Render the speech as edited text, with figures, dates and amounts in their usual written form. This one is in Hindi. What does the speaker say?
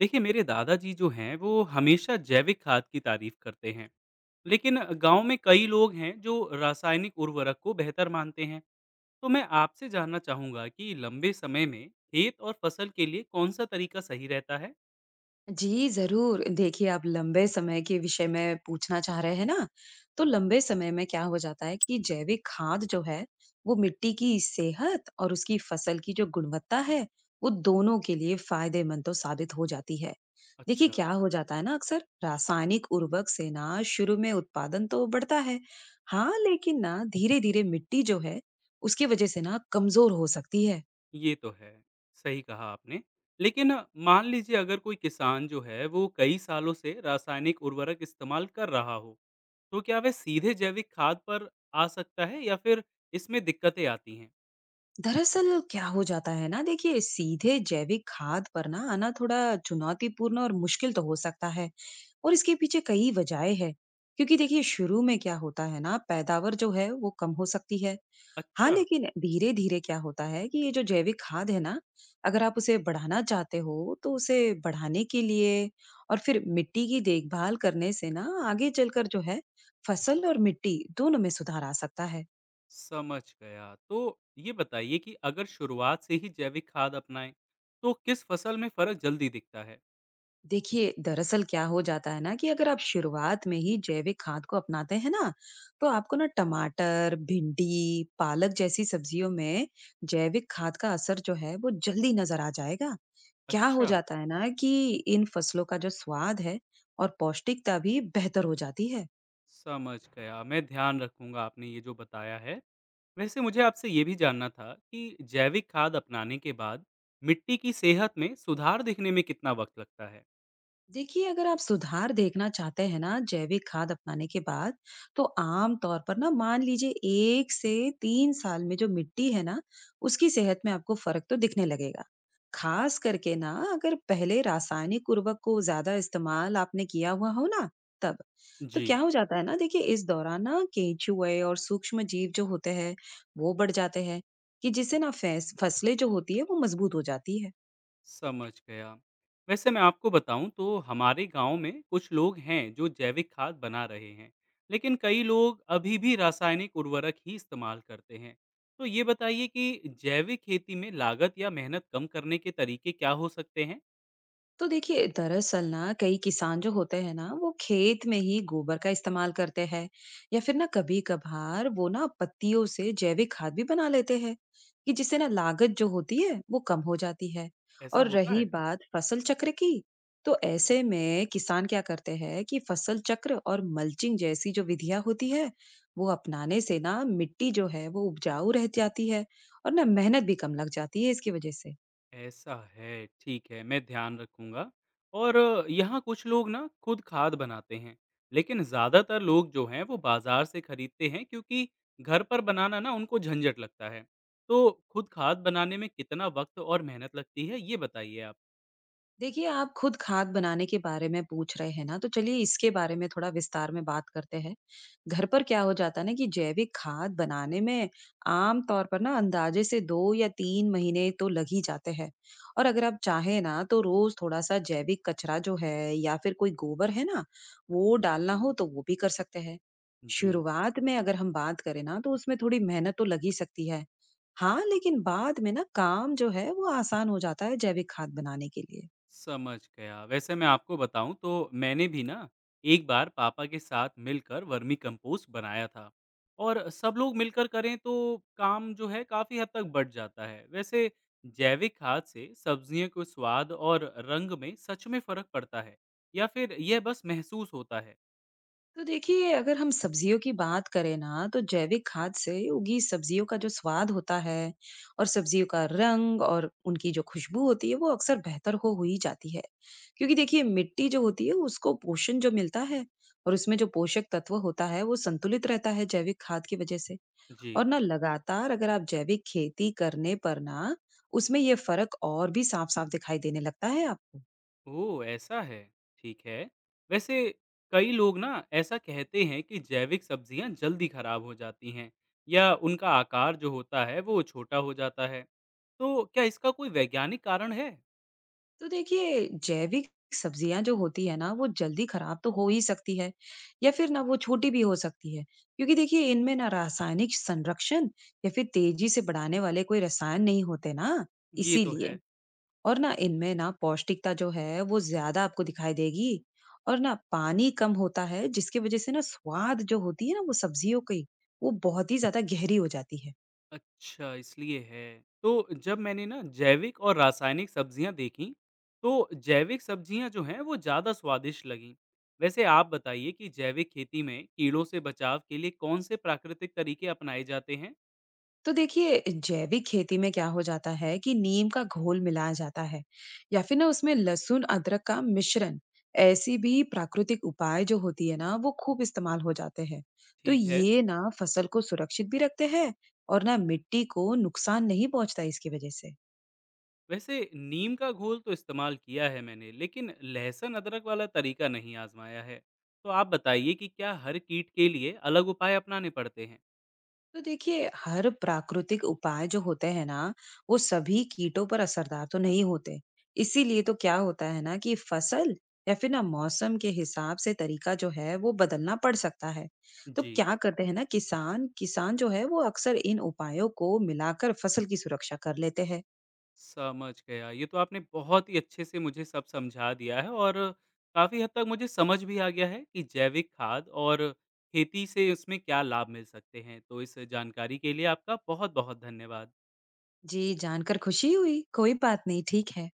देखिए मेरे दादाजी जो हैं वो हमेशा जैविक खाद की तारीफ करते हैं। लेकिन गांव में कई लोग हैं जो रासायनिक उर्वरक को बेहतर मानते हैं। तो मैं आपसे जानना चाहूंगा कि लंबे समय में खेत और फसल के लिए कौन सा तरीका सही रहता है? जी, ज़रूर। देखिए, आप लंबे समय के विषय में पूछना चाह रहे हैं ना? तो लंबे समय में क्या हो जाता है कि जैविक खाद जो है, वो मिट्टी की सेहत और उसकी फसल की जो गुणवत्ता है, वो दोनों के लिए फ़ायदेमंद तो साबित हो जाती है। देखिए, अच्छा। क्या हो जाता है ना अक्सर, रासायनिक उर्वरक से ना शुरू में उत्पादन तो बढ़ता है। हाँ, लेकिन ना धीरे-धीरे मिट्टी जो है, उसकी वज़ह से ना कमज़ोर हो सकती है। ये तो है, सही कहा आपने। लेकिन मान लीजिए अगर कोई किसान जो है वो कई सालों से रासायनिक उर्वरक इस्तेमाल कर रहा हो, तो क्या वह सीधे जैविक खाद पर आ सकता है या फिर इसमें दिक्कतें आती हैं? दरअसल क्या हो जाता है ना, देखिए सीधे जैविक खाद पर ना आना थोड़ा चुनौतीपूर्ण और मुश्किल तो हो सकता है, और इसके पीछे कई वजहें हैं। क्योंकि देखिए, शुरू में क्या होता है ना, पैदावार जो है वो कम हो सकती है। हाँ अच्छा, लेकिन धीरे धीरे क्या होता है कि ये जो जैविक खाद है ना, अगर आप उसे बढ़ाना चाहते हो तो उसे बढ़ाने के लिए और फिर मिट्टी की देखभाल करने से ना आगे चलकर जो है, फसल और मिट्टी दोनों में सुधार आ सकता है। समझ गया। तो ये बताइए कि अगर शुरुआत से ही जैविक खाद अपनाएं, तो किस फसल में फ़र्क जल्दी दिखता है? देखिए दरअसल क्या हो जाता है ना कि अगर आप शुरुआत में ही जैविक खाद को अपनाते हैं ना, तो आपको ना टमाटर भिंडी पालक जैसी सब्जियों में जैविक खाद का असर जो है वो जल्दी नजर आ जाएगा। क्या हो अच्छा, जाता है ना कि इन फसलों का जो स्वाद है और पौष्टिकता भी बेहतर हो जाती है। समझ गया। मैं ध्यान रखूँगा आपने ये जो बताया है। वैसे मुझे आपसे ये भी जानना था कि जैविक खाद अपनाने के बाद मिट्टी की सेहत में सुधार दिखने में कितना वक़्त लगता है? देखिए, अगर आप सुधार देखना चाहते हैं ना जैविक खाद अपनाने के बाद, तो आम तौर पर ना मान लीजिए एक से तीन साल में जो मिट्टी है ना, उसकी सेहत में आपको फर्क तो दिखने लगेगा। खास करके ना अगर पहले रासायनिक उर्वरक को ज्यादा इस्तेमाल आपने किया हुआ हो ना, तब तो जी। क्या हो जाता है ना, देखिए इस दौरान ना केंचुए और सूक्ष्म जीव जो होते हैं वो बढ़ जाते हैं, कि जिससे ना फसलें जो होती है वो मजबूत हो जाती है। समझ गया। वैसे मैं आपको बताऊं तो हमारे गांव में कुछ लोग हैं जो जैविक खाद बना रहे हैं, लेकिन कई लोग अभी भी रासायनिक उर्वरक ही इस्तेमाल करते हैं। तो ये बताइए कि जैविक खेती में लागत या मेहनत कम करने के तरीके क्या हो सकते हैं? तो देखिए दरअसल ना कई किसान जो होते हैं ना वो खेत में ही गोबर का इस्तेमाल करते हैं, या फिर ना कभी कभार वो ना पत्तियों से जैविक खाद भी बना लेते हैं, कि जिससे ना लागत जो होती है वो कम हो जाती है। ऐसा और होता रही है? बात फसल चक्र की, तो ऐसे में किसान क्या करते हैं कि फसल चक्र और मल्चिंग जैसी जो विधियां होती है वो अपनाने से ना मिट्टी जो है वो उपजाऊ रह जाती है, और ना मेहनत भी कम लग जाती है इसकी वजह से। ऐसा है, ठीक है, मैं ध्यान रखूँगा। और यहाँ कुछ लोग ना खुद खाद बनाते हैं, लेकिन ज़्यादातर लोग जो हैं वो बाज़ार से खरीदते हैं क्योंकि घर पर बनाना ना उनको झंझट लगता है। तो खुद खाद बनाने में कितना वक़्त और मेहनत लगती है, ये बताइए आप? देखिए, आप खुद खाद बनाने के बारे में पूछ रहे हैं ना, तो चलिए इसके बारे में थोड़ा विस्तार में बात करते हैं। घर पर क्या हो जाता है ना कि जैविक खाद बनाने में आम तौर पर ना अंदाजे से 2 या 3 महीने तो लग ही जाते हैं। और अगर आप चाहें ना तो रोज़ थोड़ा-सा जैविक कचरा जो है या फिर कोई गोबर है ना, वो डालना हो तो वो भी कर सकते हैं। जी। शुरुआत में अगर हम बात करें ना तो उसमें थोड़ी मेहनत तो लग ही सकती है। हाँ, लेकिन बाद में ना काम जो है वो आसान हो जाता है जैविक खाद बनाने के लिए। समझ गया। वैसे मैं आपको बताऊँ तो मैंने भी ना एक बार पापा के साथ मिलकर वर्मी कंपोस्ट बनाया था, और सब लोग मिलकर करें तो काम जो है काफ़ी हद तक बढ़ जाता है। वैसे जैविक खाद से सब्जियों को स्वाद और रंग में सच में फ़र्क पड़ता है या फिर यह बस महसूस होता है? तो देखिए, अगर हम सब्जियों की बात करें ना तो जैविक खाद से उगी सब्जियों का जो स्वाद होता है और सब्जियों का रंग और उनकी जो खुशबू होती है वो अक्सर बेहतर हो हुई जाती है। क्योंकि देखिए, मिट्टी जो होती है उसको पोषण जो मिलता है और उसमें जो पोषक तत्व होता है वो संतुलित रहता है जैविक खाद की वजह से। जी। और ना लगातार अगर आप जैविक खेती करने पर ना, उसमें ये फर्क और भी साफ साफ दिखाई देने लगता है आपको। ओह! ऐसा है, ठीक है। वैसे कई लोग ना ऐसा कहते हैं कि जैविक सब्जियाँ जल्दी खराब हो जाती हैं या उनका आकार जो होता है वो छोटा हो जाता है। तो क्या इसका कोई वैज्ञानिक कारण है? तो देखिए, जैविक सब्जियां जो होती है ना वो जल्दी खराब तो हो ही सकती है, या फिर ना वो छोटी भी हो सकती है। क्योंकि देखिए, इनमें ना रासायनिक संरक्षण या फिर तेजी से बढ़ाने वाले कोई रसायन नहीं होते ना, ये तो है। इसीलिए। और ना इनमें ना पौष्टिकता जो है वो ज्यादा आपको दिखाई देगी, और ना पानी कम होता है, जिसकी वजह से ना स्वाद जो होती है ना वो सब्जियों की, वो बहुत ही ज्यादा गहरी हो जाती है। अच्छा, इसलिए है। तो जब मैंने ना जैविक और रासायनिक सब्जियाँ देखी, तो जैविक सब्जियाँ जो हैं वो ज़्यादा स्वादिष्ट लगीं। वैसे आप बताइए कि जैविक खेती में कीड़ों से बचाव के लिए कौन से प्राकृतिक तरीके अपनाए जाते हैं? तो देखिए, जैविक खेती में क्या हो जाता है कि नीम का घोल मिलाया जाता है, या फिर ना उसमें लहसुन अदरक का मिश्रण, ऐसी भी प्राकृतिक उपाय जो होती है ना वो खूब इस्तेमाल हो जाते हैं। तो ठीक है। ये ना फसल को सुरक्षित भी रखते हैं, और ना मिट्टी को नुकसान नहीं पहुंचता इसकी वजह से। वैसे नीम का घोल तो इस्तेमाल किया है मैंने, लेकिन लहसुन अदरक वाला तरीका नहीं आजमाया है। तो आप बताइए कि क्या हर कीट के लिए अलग उपाय अपनाने पड़ते हैं? तो देखिए, हर प्राकृतिक उपाय जो होते हैं ना वो सभी कीटों पर असरदार तो नहीं होते। इसीलिए तो क्या होता है ना कि फसल या फिर ना मौसम के हिसाब से तरीका जो है वो बदलना पड़ सकता है। तो जी, क्या करते हैं ना, किसान किसान जो है वो अक्सर इन उपायों को मिलाकर फसल की सुरक्षा कर लेते हैं। समझ गया। ये तो आपने बहुत ही अच्छे से मुझे सब समझा दिया है और काफ़ी हद तक मुझे समझ भी आ गया है कि जैविक खाद और खेती से उसमें क्या लाभ मिल सकते हैं। तो इस जानकारी के लिए आपका बहुत-बहुत धन्यवाद। जी, जानकर खुशी हुई। कोई बात नहीं, ठीक है।